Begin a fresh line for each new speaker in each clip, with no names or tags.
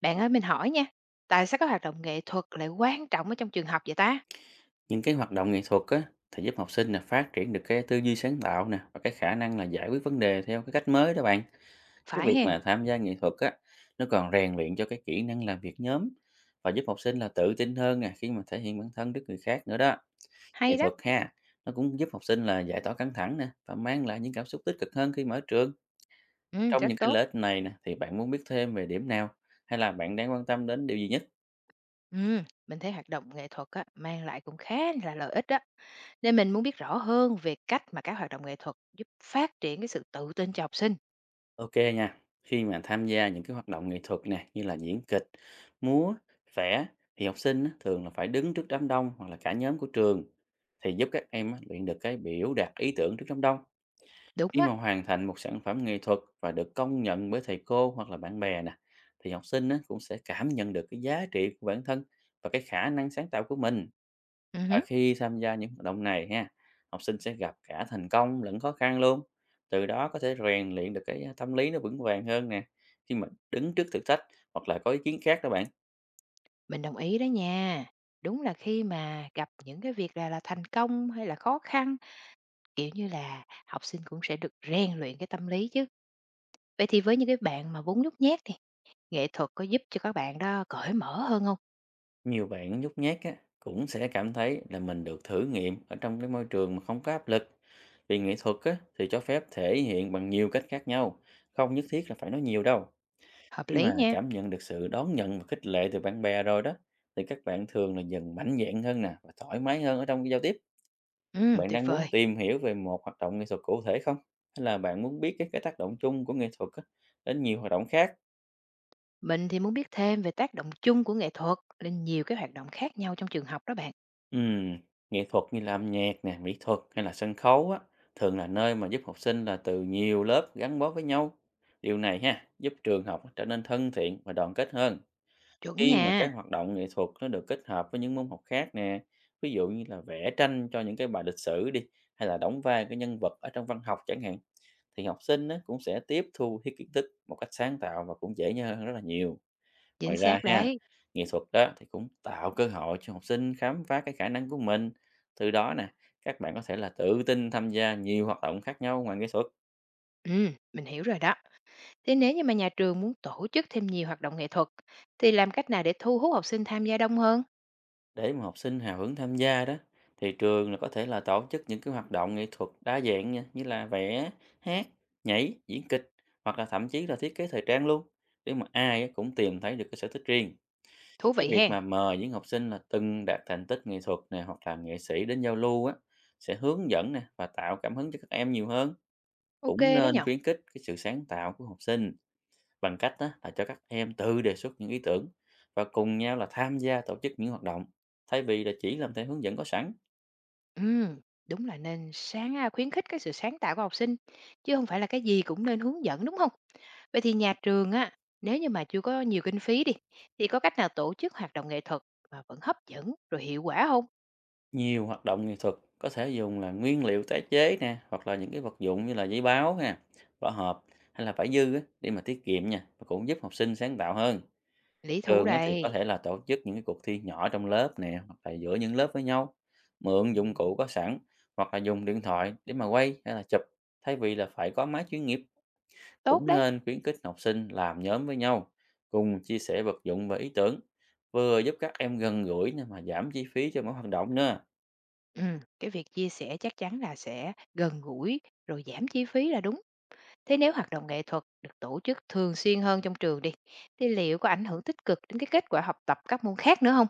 Bạn ơi mình hỏi nha, tại sao các hoạt động nghệ thuật lại quan trọng ở trong trường học vậy ta?
Những cái hoạt động nghệ thuật á thì giúp học sinh là phát triển được cái tư duy sáng tạo nè, và cái khả năng là giải quyết vấn đề theo cái cách mới đó bạn. Cái
Phải
việc
hèn,
mà tham gia nghệ thuật á, nó còn rèn luyện cho cái kỹ năng làm việc nhóm, và giúp học sinh là tự tin hơn nè khi mà thể hiện bản thân trước người khác nữa đó. Nghệ
hay đó,
thuật ha, nó cũng giúp học sinh là giải tỏa căng thẳng nè, và mang lại những cảm xúc tích cực hơn khi mở trường.
ừ,
Trong
rất
những cái
tốt.
lợi ích này nè, thì bạn muốn biết thêm về điểm nào, hay là bạn đang quan tâm đến điều gì nhất?
Ừ, mình thấy hoạt động nghệ thuật á, mang lại cũng khá là lợi ích đó. Nên mình muốn biết rõ hơn về cách mà các hoạt động nghệ thuật giúp phát triển cái sự tự tin cho học sinh.
Ok nha, khi mà tham gia những cái hoạt động nghệ thuật nè như là diễn kịch, múa, vẽ, thì học sinh á, thường là phải đứng trước đám đông hoặc là cả nhóm của trường, thì giúp các em á, luyện được cái biểu đạt ý tưởng trước đám đông.
Đúng
Khi
á,
mà hoàn thành một sản phẩm nghệ thuật và được công nhận bởi thầy cô hoặc là bạn bè nè, thì học sinh á, cũng sẽ cảm nhận được cái giá trị của bản thân và cái khả năng sáng tạo của mình.
ừ,
Và
hứ,
khi tham gia những hoạt động này ha, học sinh sẽ gặp cả thành công lẫn khó khăn luôn. Từ đó có thể rèn luyện được cái tâm lý nó vững vàng hơn nè, khi mà đứng trước thử thách hoặc là có ý kiến khác đó bạn.
mình đồng ý đó nha. Đúng là khi mà gặp những cái việc là thành công hay là khó khăn, kiểu như là học sinh cũng sẽ được rèn luyện cái tâm lý chứ. Vậy thì với những cái bạn mà vốn nhút nhát thì nghệ thuật có giúp cho các bạn đó cởi mở hơn không?
Nhiều bạn nhút nhát á, cũng sẽ cảm thấy là mình được thử nghiệm ở trong cái môi trường mà không có áp lực. Vì nghệ thuật á, thì cho phép thể hiện bằng nhiều cách khác nhau, không nhất thiết là phải nói nhiều đâu.
Hợp
Khi mà
lý nha.
cảm nhận được sự đón nhận và khích lệ từ bạn bè rồi đó, thì các bạn thường là dần mạnh dạn hơn nè và thoải mái hơn ở trong cái giao tiếp.
Ừ,
Bạn
tuyệt
đang muốn
vời.
tìm hiểu về một hoạt động nghệ thuật cụ thể không? Hay là bạn muốn biết cái tác động chung của nghệ thuật á, đến nhiều hoạt động khác?
Mình thì muốn biết thêm về tác động chung của nghệ thuật lên nhiều cái hoạt động khác nhau trong trường học đó bạn.
Ừm, nghệ thuật như là âm nhạc nè, mỹ thuật hay là sân khấu á, thường là nơi mà giúp học sinh là từ nhiều lớp gắn bó với nhau. Điều này ha, giúp trường học trở nên thân thiện và đoàn kết hơn.
Chuẩn
Khi mà
nha,
các hoạt động nghệ thuật nó được kết hợp với những môn học khác nè, ví dụ như là vẽ tranh cho những cái bài lịch sử đi, hay là đóng vai cái nhân vật ở trong văn học chẳng hạn, thì học sinh á, cũng sẽ tiếp thu cái kiến thức một cách sáng tạo và cũng dễ nhớ hơn rất là nhiều.
chính
Ngoài ra
xác
ha,
đấy.
nghệ thuật đó thì cũng tạo cơ hội cho học sinh khám phá cái khả năng của mình. Từ đó nè, các bạn có thể là tự tin tham gia nhiều hoạt động khác nhau ngoài nghệ thuật.
Ừ, mình hiểu rồi đó. Thế nếu như mà nhà trường muốn tổ chức thêm nhiều hoạt động nghệ thuật thì làm cách nào để thu hút học sinh tham gia đông hơn?
Để mà học sinh hào hứng tham gia đó, thì trường là có thể là tổ chức những cái hoạt động nghệ thuật đa dạng nha, như là vẽ, hát, nhảy, diễn kịch, hoặc là thậm chí là thiết kế thời trang luôn, để mà ai á cũng tìm thấy được cái sở thích riêng.
Thú
Cái
vị
việc
hen.
mà mời những học sinh là từng đạt thành tích nghệ thuật nè, hoặc là nghệ sĩ đến giao lưu á, sẽ hướng dẫn nè và tạo cảm hứng cho các em nhiều hơn.
OK
Cũng
đó nhỉ.
nên khuyến khích cái sự sáng tạo của học sinh, bằng cách á, là cho các em tự đề xuất những ý tưởng và cùng nhau là tham gia tổ chức những hoạt động, thay vì là chỉ làm theo hướng dẫn có sẵn.
Ừm, đúng là nên khuyến khích cái sự sáng tạo của học sinh, chứ không phải là cái gì cũng nên hướng dẫn, đúng không? Vậy thì nhà trường á, nếu như mà chưa có nhiều kinh phí đi, thì có cách nào tổ chức hoạt động nghệ thuật mà vẫn hấp dẫn rồi hiệu quả không?
Nhiều hoạt động nghệ thuật có thể dùng là nguyên liệu tái chế nè, hoặc là những cái vật dụng như là giấy báo nè, vỏ hộp hay là vải dư á, để mà tiết kiệm nha và cũng giúp học sinh sáng tạo hơn.
Lý thú
Trường á, thì có
đây.
thể là tổ chức những cái cuộc thi nhỏ trong lớp nè, hoặc là giữa những lớp với nhau, mượn dụng cụ có sẵn, hoặc là dùng điện thoại để mà quay hay là chụp, thay vì là phải có máy chuyên nghiệp.
Tốt
Cũng
đấy.
nên khuyến khích học sinh làm nhóm với nhau, cùng chia sẻ vật dụng và ý tưởng, vừa giúp các em gần gũi nè, mà giảm chi phí cho mỗi hoạt động nữa.
Cái việc chia sẻ chắc chắn là sẽ gần gũi, rồi giảm chi phí là đúng. Thế nếu hoạt động nghệ thuật được tổ chức thường xuyên hơn trong trường đi, thì liệu có ảnh hưởng tích cực đến cái kết quả học tập các môn khác nữa không?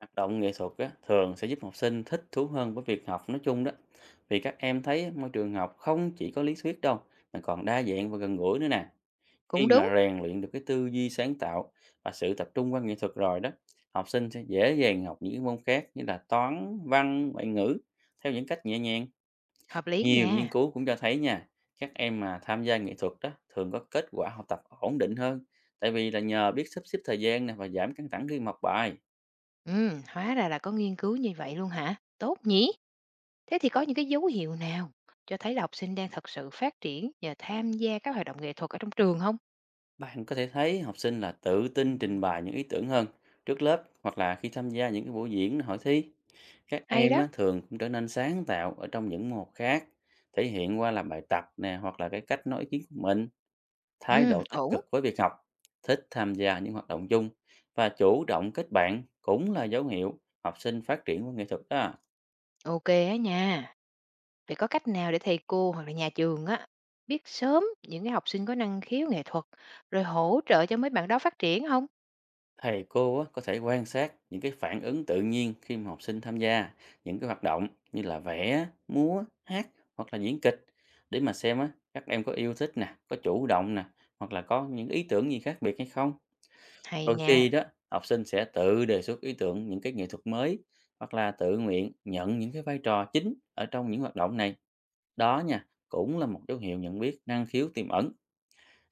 Hoạt động nghệ thuật á, thường sẽ giúp học sinh thích thú hơn với việc học nói chung đó, vì các em thấy môi trường học không chỉ có lý thuyết đâu, mà còn đa dạng và gần gũi nữa nè. Khi
Cũng đúng,
mà rèn luyện được cái tư duy sáng tạo và sự tập trung qua nghệ thuật rồi đó, học sinh sẽ dễ dàng học những cái môn khác như là toán, văn, ngoại ngữ theo những cách nhẹ nhàng.
hợp lý
Nhiều
nha.
nghiên cứu cũng cho thấy nha, các em mà tham gia nghệ thuật đó thường có kết quả học tập ổn định hơn, tại vì là nhờ biết sắp xếp thời gian nè và giảm căng thẳng khi mà học bài.
Hóa ra là có nghiên cứu như vậy luôn hả? Tốt nhỉ? Thế thì có những cái dấu hiệu nào cho thấy là học sinh đang thật sự phát triển nhờ tham gia các hoạt động nghệ thuật ở trong trường không?
Bạn có thể thấy học sinh là tự tin trình bày những ý tưởng hơn trước lớp, hoặc là khi tham gia những cái buổi diễn hội thi. Các
Hay
em
đó.
á, thường cũng trở nên sáng tạo ở trong những môn học khác, thể hiện qua là bài tập nè, hoặc là cái cách nói ý kiến của mình. Thái độ tích
Ổn.
cực với việc học, thích tham gia những hoạt động chung và chủ động kết bạn cũng là dấu hiệu học sinh phát triển của nghệ thuật đó.
Ok á nha. Vậy có cách nào để thầy cô hoặc là nhà trường á biết sớm những cái học sinh có năng khiếu nghệ thuật rồi hỗ trợ cho mấy bạn đó phát triển không?
Thầy cô á, có thể quan sát những cái phản ứng tự nhiên khi mà học sinh tham gia những cái hoạt động như là vẽ, múa, hát, hoặc là diễn kịch, để mà xem á, các em có yêu thích nè, có chủ động nè, hoặc là có những ý tưởng gì khác biệt hay không.
Hay
Đôi khi
nha.
đó, học sinh sẽ tự đề xuất ý tưởng những cái nghệ thuật mới, hoặc là tự nguyện nhận những cái vai trò chính ở trong những hoạt động này. Đó nha, cũng là một dấu hiệu nhận biết năng khiếu tiềm ẩn.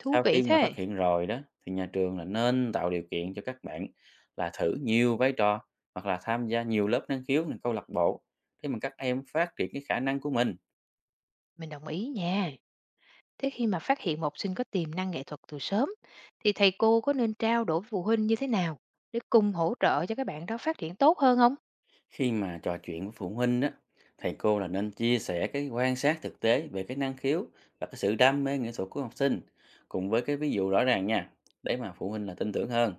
Thú
Sau
vị
khi mà
thế.
phát hiện rồi đó, thì nhà trường là nên tạo điều kiện cho các bạn là thử nhiều vai trò, hoặc là tham gia nhiều lớp năng khiếu này, câu lạc bộ, để mà các em phát triển cái khả năng của mình.
Mình đồng ý nha. Thế khi mà phát hiện một học sinh có tiềm năng nghệ thuật từ sớm thì thầy cô có nên trao đổi với phụ huynh như thế nào để cùng hỗ trợ cho các bạn đó phát triển tốt hơn không?
Khi mà trò chuyện với phụ huynh đó, thầy cô là nên chia sẻ cái quan sát thực tế về cái năng khiếu và cái sự đam mê nghệ thuật của học sinh, cùng với cái ví dụ rõ ràng nha, để mà phụ huynh là tin tưởng hơn.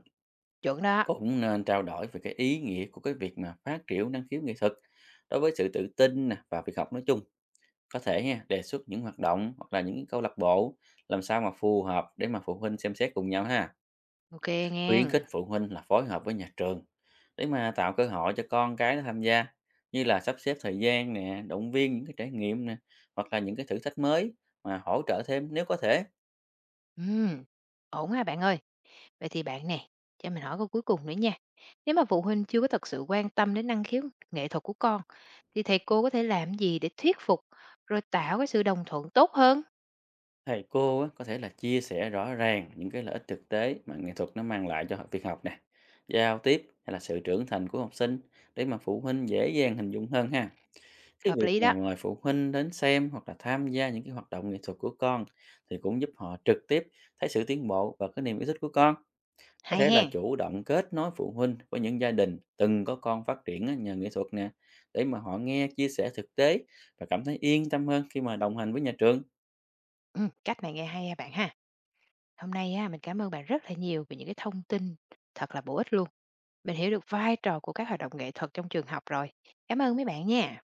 Chuẩn đó.
Cũng nên trao đổi về cái ý nghĩa của cái việc mà phát triển năng khiếu nghệ thuật đối với sự tự tin nè và việc học nói chung. Có thể nha, đề xuất những hoạt động hoặc là những cái câu lạc bộ làm sao mà phù hợp, để mà phụ huynh xem xét cùng nhau ha.
Ok nghe.
Khuyến khích phụ huynh là phối hợp với nhà trường, để mà tạo cơ hội cho con cái nó tham gia, như là sắp xếp thời gian nè, động viên những cái trải nghiệm nè, hoặc là những cái thử thách mới mà hỗ trợ thêm nếu có thể.
Ừm, Ổn ha bạn ơi. Vậy thì bạn nè, cho mình hỏi câu cuối cùng nữa nha. Nếu mà phụ huynh chưa có thật sự quan tâm đến năng khiếu nghệ thuật của con thì thầy cô có thể làm gì để thuyết phục rồi tạo cái sự đồng thuận tốt hơn?
Thầy cô á, có thể là chia sẻ rõ ràng những cái lợi ích thực tế mà nghệ thuật nó mang lại cho việc học nè, giao tiếp, hay là sự trưởng thành của học sinh, để mà phụ huynh dễ dàng hình dung hơn ha. Cái
Hợp
việc
lý
mà
đó.
mời phụ huynh đến xem hoặc là tham gia những cái hoạt động nghệ thuật của con, thì cũng giúp họ trực tiếp thấy sự tiến bộ và cái niềm yêu thích của con. Có thể
Hay
là
hen.
chủ động kết nối phụ huynh với những gia đình từng có con phát triển á, nhờ nghệ thuật nè, để mà họ nghe chia sẻ thực tế và cảm thấy yên tâm hơn khi mà đồng hành với nhà trường.
Cách này nghe hay ha bạn ha. Hôm nay á, mình cảm ơn bạn rất là nhiều về những cái thông tin thật là bổ ích luôn. Mình hiểu được vai trò của các hoạt động nghệ thuật trong trường học rồi. Cảm ơn mấy bạn nha.